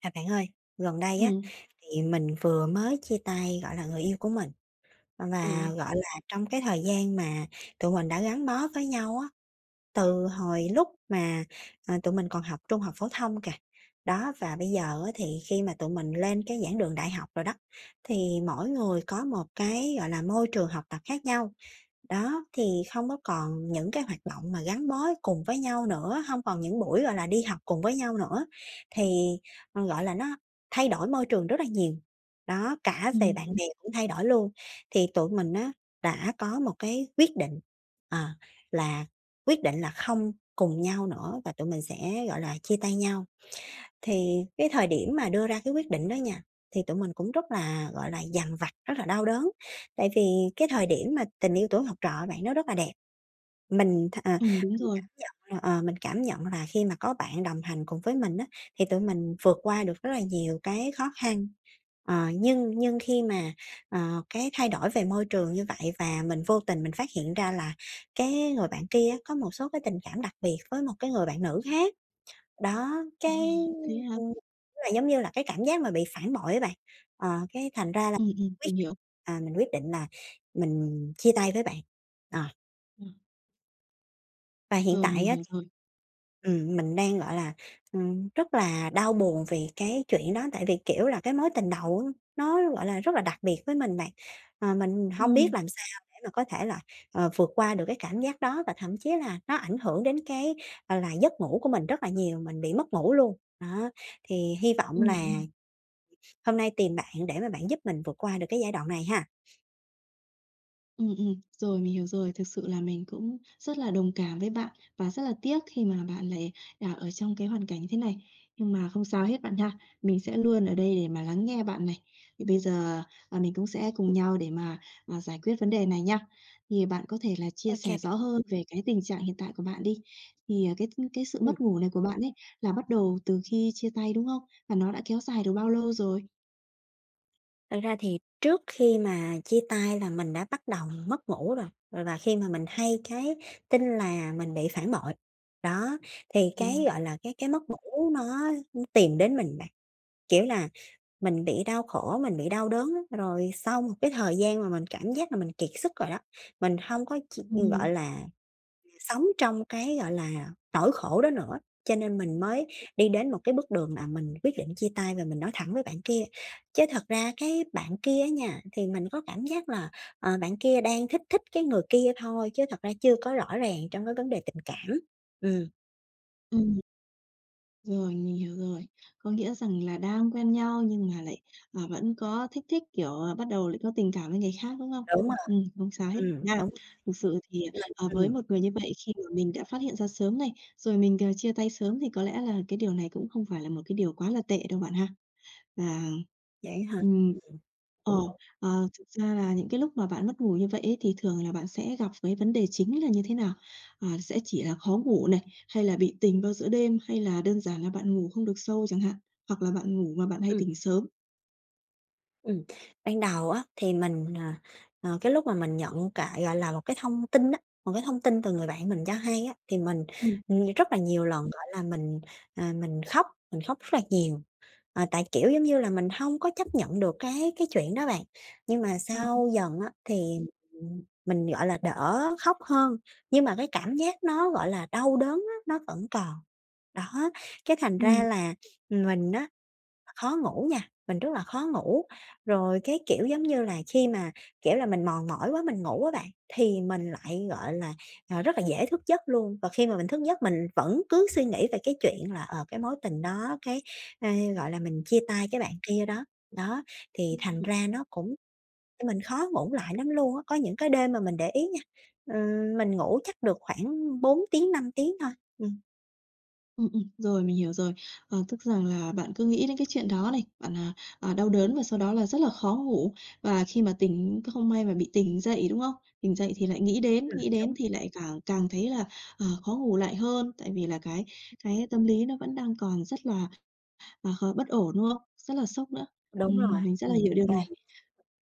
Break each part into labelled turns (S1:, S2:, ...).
S1: À, bạn ơi, gần đây á,
S2: Ừ,
S1: thì mình vừa mới chia tay, gọi là, người yêu của mình, và,
S2: ừ,
S1: gọi là, trong cái thời gian mà tụi mình đã gắn bó với nhau á, từ hồi lúc mà, tụi mình còn học trung học phổ thông kìa. Đó, và bây giờ á, thì khi mà tụi mình lên cái giảng đường đại học rồi đó, thì mỗi người có một cái, gọi là, môi trường học tập khác nhau. Đó, thì không có còn những cái hoạt động mà gắn bó cùng với nhau nữa, hông còn những buổi, gọi là, đi học cùng với nhau nữa, thì, gọi là, nó thay đổi môi trường rất là nhiều. Đó, cả về
S2: ừ,
S1: bạn bè cũng thay đổi luôn. Thì tụi mình á đã có một cái quyết định, ờ, là quyết định là không cùng nhau nữa và tụi mình sẽ, gọi là, chia tay nhau. Thì cái thời điểm mà đưa ra cái quyết định đó nha, thì tụi mình cũng rất là, gọi là, dằn vặt, rất là đau đớn, tại vì cái thời điểm mà tình yêu tuổi học trò bạn nó rất là đẹp. Mình
S2: đúng rồi.
S1: cảm nhận là, khi mà có bạn đồng hành cùng với mình á, thì tụi mình vượt qua được rất là nhiều cái khó khăn. Nhưng khi mà, cái thay đổi về môi trường như vậy và mình vô tình mình phát hiện ra là cái người bạn kia có một số cái tình cảm đặc biệt với một cái người bạn nữ khác. Đó,
S2: À, thế
S1: ừm,
S2: hả?
S1: đúng là giống như là cái cảm giác mà bị phản bội á bạn. Cái thành ra là
S2: Ừ, ừ,
S1: quyết
S2: mình
S1: định
S2: hiểu.
S1: mình quyết định là mình chia tay với bạn. Ờ.
S2: Ờ,
S1: Và hiện
S2: rồi,
S1: tại
S2: mình
S1: á
S2: hiểu
S1: thì
S2: rồi.
S1: mình đang, gọi là, rất là đau buồn vì cái chuyện đó, tại vì, kiểu là, cái mối tình đầu á, nó, gọi là, rất là đặc biệt với mình bạn. Mình không biết
S2: Ừ,
S1: làm sao để mà có thể là, vượt qua được cái cảm giác đó và thậm chí là nó ảnh hưởng đến cái, gọi là, giấc ngủ của mình rất là nhiều, mình bị mất ngủ luôn. Đó, thì hy
S2: ừ,
S1: vọng là
S2: ừ.
S1: hôm nay tìm bạn để mà bạn giúp mình vượt qua được cái giai đoạn này ha.
S2: Ừ, rồi, mình hiểu rồi. Thực sự là mình cũng rất là đồng cảm với bạn và rất là tiếc khi mà bạn lại, ở trong cái hoàn cảnh như thế này. Nhưng mà không sao hết bạn ha. Mình sẽ luôn ở đây để mà lắng nghe bạn này. Thì bây giờ, mình cũng sẽ cùng nhau để mà, giải quyết vấn đề này nha. Thì bạn có thể là chia
S1: OK kê.
S2: sẻ rõ hơn về cái tình trạng hiện tại của bạn đi. Thì, cái sự mất ngủ này của bạn ấy là bắt đầu từ khi chia tay, đúng không? Và nó đã kéo dài được bao lâu rồi?
S1: Thật ra thì trước khi mà chia tay là mình đã bắt đầu mất ngủ rồi, rồi và khi mà mình hay cái tin là mình bị phản bội, đó, thì
S2: Ừ,
S1: gọi là, cái mất ngủ nó tìm đến mình bạn. Kiểu là, mình bị đau khổ, mình bị đau đớn á, rồi sau một cái thời gian mà mình cảm giác là mình kiệt sức rồi đó, mình không có
S2: ừ.
S1: gọi là sống trong cái, gọi là, nỗi khổ đó nữa, cho nên mình mới đi đến một cái bước đường là mình quyết định chia tay và mình nói thẳng với bạn kia. Chứ thật ra cái bạn kia á nha, thì mình có cảm giác là, bạn kia đang thích thích cái người kia thôi, chứ thật ra chưa có rõ ràng trong cái vấn đề tình cảm. Ừm,
S2: Ừm. Rồi, mình hiểu rồi. Có nghĩa rằng là đang quen nhau nhưng mà lại, vẫn có thích thích, kiểu, bắt đầu lại có tình cảm với người khác, đúng không?
S1: đúng rồi,
S2: Không sao hết nha.
S1: đúng rồi.
S2: Thực sự thì,
S1: Mình
S2: với một người như vậy khi mà mình đã phát hiện ra sớm này, rồi mình, chia tay sớm thì có lẽ là cái điều này cũng không phải là một cái điều quá là tệ đâu bạn ha. À.
S1: Vậy hả?
S2: Ừm.
S1: Ừm,
S2: Ờ,
S1: cũng đúng.
S2: thực ra là những cái lúc mà bạn mất ngủ như vậy ấy, thì thường là bạn sẽ gặp cái vấn đề chính là như thế nào? À, sẽ chỉ là khó ngủ này, hay là bị tỉnh vào giữa đêm, hay là đơn giản là bạn ngủ không được sâu chẳng hạn? Hoặc là bạn ngủ mà bạn hay
S1: Ừm.
S2: tỉnh sớm?
S1: Ừm, ban đầu á thì cái lúc mà mình nhận cái, gọi là, một cái thông tin từ người bạn mình cho hay á, thì
S2: Ừm.
S1: rất là nhiều lần, gọi là, mình khóc rất là nhiều. Tại, kiểu, giống như là, mình không có chấp nhận được cái chuyện đó bạn. Nhưng mà
S2: Ờ.
S1: sau dần á thì, mình, gọi là, đỡ khóc hơn, nhưng mà cái cảm giác nó, gọi là, đau đớn á, nó vẫn còn. Đó, cái thành ra
S2: Ừm.
S1: là mình á khó ngủ nha, mình rất là khó ngủ. Rồi cái, kiểu, giống như là, khi mà, kiểu là, mình mòn mỏi quá mình ngủ á bạn, thì mình lại, gọi là, rất là dễ thức giấc luôn. Và khi mà mình thức giấc mình vẫn cứ suy nghĩ về cái chuyện là, cái mối tình đó, ơ, gọi là, mình chia tay cái bạn kia đó. Đó, thì thành
S2: Ừm.
S1: ra nó cũng mình khó ngủ lại lắm luôn á. Có những cái đêm mà mình để ý nha, mình ngủ chắc được khoảng 4 tiếng, 5 tiếng thôi. Ừm.
S2: Rồi, mình hiểu rồi. Ờ, tức rằng là bạn cứ nghĩ đến cái chuyện đó này, bạn, đau đớn và sau đó là rất là khó ngủ, và khi mà tỉnh không may mà bị tỉnh dậy, đúng không? Tỉnh dậy thì lại nghĩ đến
S1: Đúng.
S2: thì lại càng càng thấy là, khó ngủ lại hơn, tại vì là cái tâm lý nó vẫn đang còn rất là, khó bất ổn, đúng không? Rất là sốc nữa.
S1: Đúng rồi,
S2: Mình rất là hiểu điều này.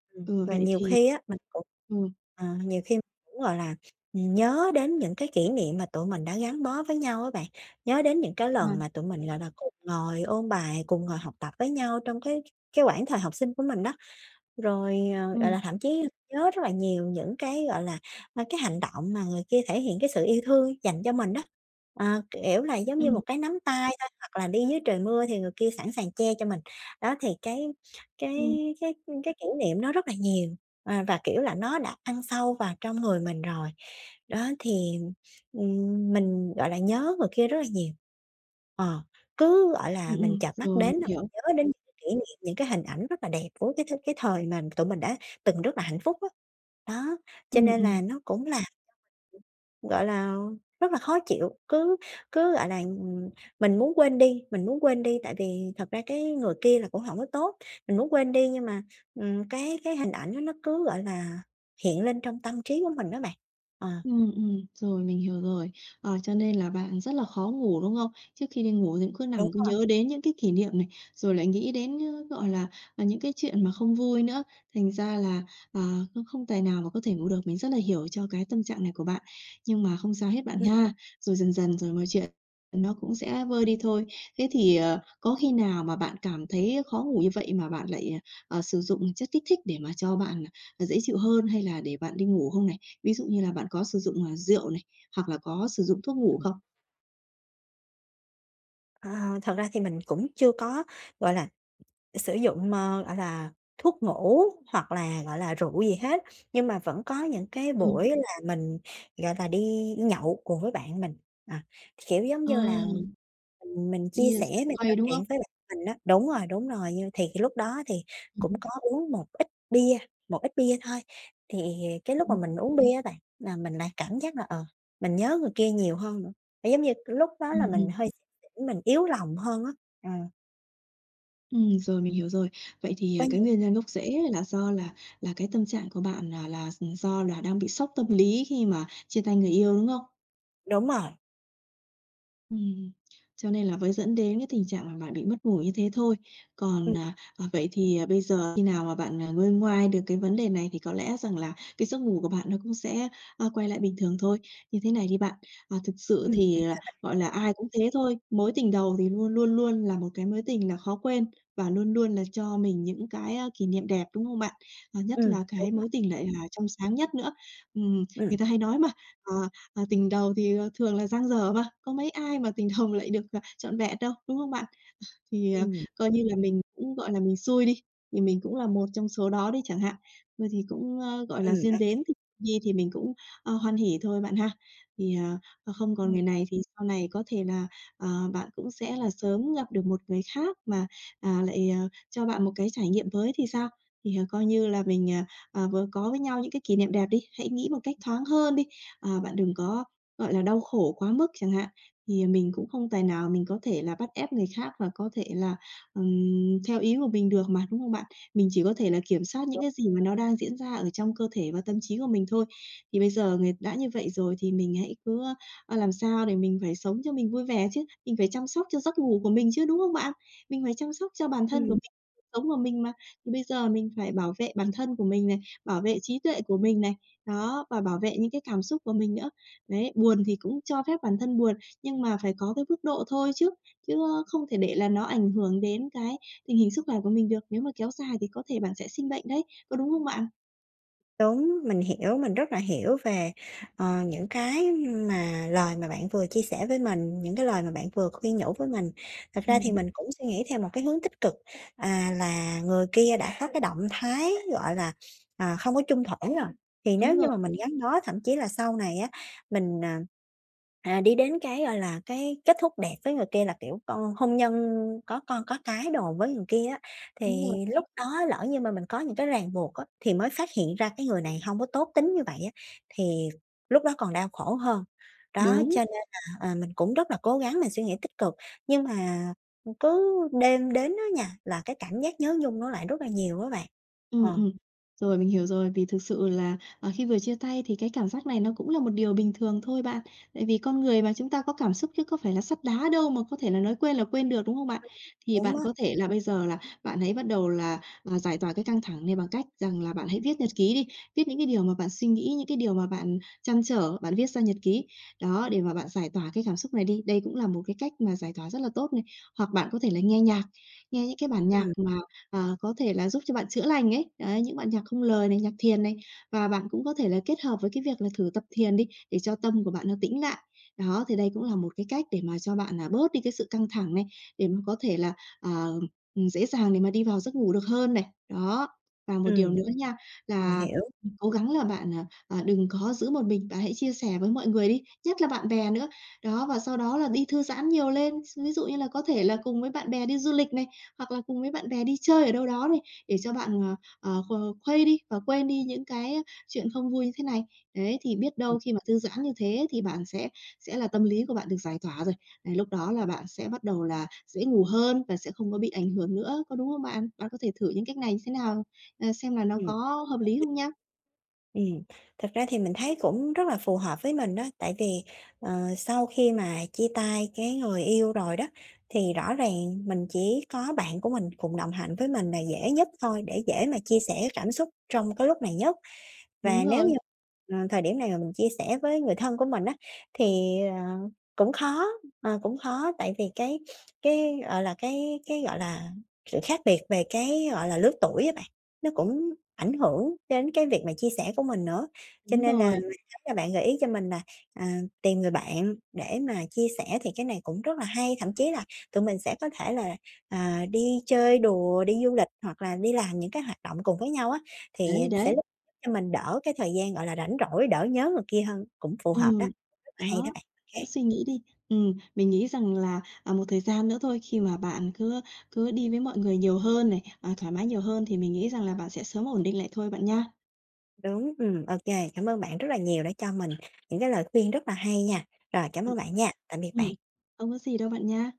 S2: Ừ,
S1: Và
S2: vậy
S1: nhiều
S2: thì
S1: khi á, mình cũng
S2: ừ,
S1: nhiều khi cũng, gọi là, nhớ đến những cái kỷ niệm mà tụi mình đã gắn bó với nhau á bạn, nhớ đến những cái
S2: à,
S1: lần mà tụi mình, gọi là, cùng ngồi ôn bài, cùng ngồi học tập với nhau trong cái quãng thời học sinh của mình đó. Rồi, gọi
S2: ừm,
S1: là, thậm chí nhớ rất là nhiều những cái, gọi là, cái hành động mà người kia thể hiện cái sự yêu thương dành cho mình đó. Kiểu là, giống như
S2: ừm,
S1: một cái nắm tay thôi, hoặc là đi dưới trời mưa thì người kia sẵn sàng che cho mình. Đó, thì
S2: ừm,
S1: cái cái cái kỷ niệm nó rất là nhiều, và, kiểu là, nó đã ăn sâu vào trong người mình rồi. Đó, thì, mình, gọi là, nhớ người kia rất là nhiều. Ờ, cứ, gọi là, mình chợp mắt
S2: rồi,
S1: đến
S2: mình
S1: là
S2: hiểu.
S1: mình nhớ đến những cái hình ảnh rất là đẹp của cái thời mà tụi mình đã từng rất là hạnh phúc á. Đó, cho
S2: Ừm,
S1: nên
S2: ừm.
S1: là nó cũng là, gọi là, rất là khó chịu, cứ cứ, gọi là, mình muốn quên đi, mình muốn quên đi tại vì thật ra cái người kia là cũng hổng có tốt, mình muốn quên đi nhưng mà, cái hình ảnh đó nó cứ, gọi là, hiện lên trong tâm trí của mình đó bạn. Ờ,
S2: Ừ rồi, mình hiểu rồi. Ờ, cho nên là bạn rất là khó ngủ, đúng không? Trước khi đi ngủ thì cũng cứ
S1: đúng
S2: nằm cứ nhớ đến những cái kỷ niệm này, rồi lại nghĩ đến, gọi là, những cái chuyện mà không vui nữa, thành ra là, à, không không tài nào mà có thể ngủ được. Mình rất là hiểu cho cái tâm trạng này của bạn, nhưng mà không sao hết bạn
S1: rồi,
S2: nha. Rồi dần dần rồi mọi chuyện nó cũng sẽ vơi đi thôi. Thế thì, có khi nào mà bạn cảm thấy khó ngủ như vậy mà bạn lại, sử dụng chất kích thích để mà cho bạn dễ chịu hơn hay là để bạn đi ngủ không này? Ví dụ như là bạn có sử dụng, rượu này, hoặc là có sử dụng thuốc ngủ không?
S1: ờ, thật ra thì mình cũng chưa có, gọi là sử dụng, gọi là, thuốc ngủ hoặc là, gọi là, rượu gì hết, nhưng mà vẫn có những cái
S2: Ừm,
S1: buổi là mình, gọi là, đi nhậu cùng với bạn mình. À, kiểu, giống
S2: ờ,
S1: như là, mình
S2: đi,
S1: chia sẻ,
S2: sảng
S1: mình trò
S2: khuây, đúng không?
S1: chuyện với bạn mình đó đúng rồi, như thì lúc đó thì cũng
S2: Ừm,
S1: có uống một ít bia thôi. Thì cái lúc mà
S2: ừm,
S1: mình uống bia á bạn, là mình lại cảm giác là, mình nhớ người kia nhiều hơn nữa, kiểu, giống như, lúc đó là
S2: ừm,
S1: mình
S2: ừm.
S1: hơi xỉn xỉn, mình yếu lòng hơn á, ờ,
S2: Rồi, mình hiểu rồi. Vậy thì,
S1: có
S2: cái
S1: những
S2: nguyên nhân gốc rễ là do là cái tâm trạng của bạn do là đang bị sốc tâm lý khi mà chia tay người yêu, đúng không?
S1: đúng rồi.
S2: Ừm, cho nên là mới dẫn đến cái tình trạng là bạn bị mất ngủ như thế thôi. Còn, vậy thì, bây giờ khi nào mà bạn, nguôi ngoai được cái vấn đề này thì có lẽ rằng là cái giấc ngủ của bạn nó cũng sẽ, quay lại bình thường thôi. Như thế này đi bạn, thực sự
S1: Ừm,
S2: thì, gọi là, ai cũng thế thôi, mối tình đầu thì luôn luôn luôn là một cái mối tình là khó quên và luôn luôn là cho mình những cái, kỷ niệm đẹp, đúng không bạn? À, nhất là
S1: đúng
S2: cái
S1: rồi,
S2: mối tình lại là trong sáng nhất nữa.
S1: ừm,
S2: Người ta hay nói mà, ờ tình đầu thì, thường là dang dở mà, có mấy ai mà tình đầu lại được, trọn vẹn đâu, đúng không bạn? Thì,
S1: ừm,
S2: coi như là mình cũng, gọi là, mình xui đi, thì mình cũng là một trong số đó đi chẳng hạn. Thôi thì cũng, gọi là, duyên
S1: đấy,
S2: đến thì đi thì mình cũng, hoan hỉ thôi bạn ha. Thì, không còn
S1: ừm,
S2: người này thì sau này có thể là, bạn cũng sẽ là sớm gặp được một người khác mà, lại, cho bạn một cái trải nghiệm mới thì sao? Thì, coi như là mình, vừa có với nhau những cái kỷ niệm đẹp đi, hãy nghĩ một cách thoáng hơn đi, bạn đừng có, gọi là, đau khổ quá mức chẳng hạn. Thì mình cũng không tài nào mình có thể là bắt ép người khác và có thể là, theo ý của mình được mà, đúng không bạn? Mình chỉ có thể là kiểm soát những cái gì mà nó đang diễn ra ở trong cơ thể và tâm trí của mình thôi. Thì bây giờ người đã như vậy rồi thì mình hãy cứ, làm sao để mình phải sống cho mình vui vẻ chứ, mình phải chăm sóc cho giấc ngủ của mình chứ, đúng không bạn? Mình phải chăm sóc cho bản thân của
S1: ừm,
S2: mình, cuộc sống của mình mà. Thì bây giờ mình phải bảo vệ bản thân của mình này, bảo vệ trí tuệ của mình này, đó, và bảo vệ những cái cảm xúc của mình nữa. Đấy, buồn thì cũng cho phép bản thân buồn. Nhưng mà phải có cái mức độ thôi chứ, không thể để là nó ảnh hưởng đến cái tình hình sức khỏe của mình được. Nếu mà kéo dài thì có thể bạn sẽ sinh bệnh đấy, có đúng không bạn?
S1: đúng, mình hiểu, mình rất là hiểu về, những cái mà lời mà bạn vừa chia sẻ với mình, những cái lời mà bạn vừa khuyên nhủ với mình. Thật ra thì
S2: Ừm,
S1: mình cũng suy nghĩ theo một cái hướng tích cực, là người kia đã có cái động thái, gọi là, không có chung thủy rồi, thì nếu
S2: đúng
S1: như
S2: rồi,
S1: mà mình gắn bó, thậm chí là sau này á, mình, đi đến cái, gọi là, cái kết thúc đẹp với người kia là, kiểu, con hôn nhân có con có cái đồ với người kia á,
S2: đúng
S1: thì
S2: rồi.
S1: lúc đó lỡ như mà mình có những cái ràng buộc á, thì mới phát hiện ra cái người này hông có tốt tính như vậy á, thì lúc đó còn đau khổ hơn. Đó,
S2: Đúng.
S1: cho nên là, mình cũng rất là cố gắng mình suy nghĩ tích cực, nhưng mà cứ đêm đến á nha, là cái cảm giác nhớ nhung nó lại rất là nhiều á bạn.
S2: Ừ,
S1: Ờ,
S2: ừm. Rồi, mình hiểu rồi, vì thực sự là, khi vừa chia tay thì cái cảm giác này nó cũng là một điều bình thường thôi bạn. Tại vì con người mà, chúng ta có cảm xúc chứ có phải là sắt đá đâu mà có thể là nói quên là quên được, đúng không bạn? Thì
S1: đúng
S2: bạn
S1: á.
S2: có thể là bây giờ là bạn hãy bắt đầu là, giải tỏa cái căng thẳng này bằng cách rằng là bạn hãy viết nhật ký đi, viết những cái điều mà bạn suy nghĩ, những cái điều mà bạn trăn trở, bạn viết ra nhật ký. Đó, để mà bạn giải tỏa cái cảm xúc này đi, đây cũng là một cái cách mà giải tỏa rất là tốt này. Hoặc bạn có thể là nghe nhạc, nghe những cái bản nhạc
S1: Ừm,
S2: mà có thể là giúp cho bạn chữa lành ấy, đấy, những bạn nhạc không lời này, nhạc thiền này. Và bạn cũng có thể là kết hợp với cái việc là thử tập thiền đi, để cho tâm của bạn nó tĩnh lại. Đó, thì đây cũng là một cái cách để mà cho bạn là bớt đi cái sự căng thẳng này, để mà có thể là, ờ, dễ dàng để mà đi vào giấc ngủ được hơn này. Đó, và một điều
S1: ừm,
S2: nữa nha,
S1: mình
S2: là
S1: hiểu,
S2: cố gắng là bạn, đừng có giữ một mình, bạn hãy chia sẻ với mọi người đi, nhất là bạn bè nữa. Đó, và sau đó là đi thư giãn nhiều lên, ví dụ như là có thể là cùng với bạn bè đi du lịch này, hoặc là cùng với bạn bè đi chơi ở đâu đó này, để cho bạn, ờ, ờ, kh khuây đi và quên đi những cái chuyện không vui như thế này. Đấy, thì biết
S1: ừm,
S2: đâu khi mà thư giãn như thế thì bạn sẽ là tâm lý của bạn được giải tỏa rồi, đấy, lúc đó là bạn sẽ bắt đầu là dễ ngủ hơn và sẽ không có bị ảnh hưởng nữa, có đúng không bạn? Bạn có thể thử những cách này như thế nào, xem là nó
S1: ừm.
S2: có hợp lý không nha?
S1: Ừm, thật ra thì mình thấy cũng rất là phù hợp với mình đó, tại vì, sau khi mà chia tay cái người yêu rồi đó, thì rõ ràng mình chỉ có bạn của mình cùng đồng hành với mình là dễ nhất thôi, để dễ mà chia sẻ cảm xúc trong cái lúc này nhất.
S2: Đúng
S1: Và nếu như,
S2: rồi,
S1: thời điểm này mà mình chia sẻ với người thân của mình á, thì, cũng khó, cũng khó tại vì cái, gọi là, sự khác biệt về cái, gọi là, lứa tuổi á bạn, nó cũng ảnh hưởng đến cái việc mà chia sẻ của mình nữa. Cho
S2: đúng
S1: nên là
S2: rồi,
S1: mình thấy là bạn gợi ý cho mình là, tìm người bạn để mà chia sẻ thì cái này cũng rất là hay, thậm chí là tụi mình sẽ có thể là, đi chơi đùa, đi du lịch hoặc là đi làm những cái hoạt động cùng với nhau á, thì
S2: đấy,
S1: sẽ
S2: đấy.
S1: cho mình đỡ cái thời gian, gọi là, rảnh rỗi, đỡ nhớ người kia hơn, cũng phù hợp đó,
S2: Ừm,
S1: rất là hay đó
S2: đó,
S1: bạn.
S2: đỡ
S1: OK.
S2: suy nghĩ đi. Mình nghĩ rằng là, một thời gian nữa thôi, khi mà bạn cứ cứ đi với mọi người nhiều hơn này, thoải mái nhiều hơn thì mình nghĩ rằng là bạn sẽ sớm ổn định lại thôi bạn nha.
S1: Đúng, OK cảm ơn bạn rất là nhiều đã cho mình những cái lời khuyên rất là hay nha. Rồi, cảm
S2: Ừm.
S1: ơn bạn nha, tạm biệt
S2: Ừm,
S1: bạn.
S2: không có gì đâu bạn nha.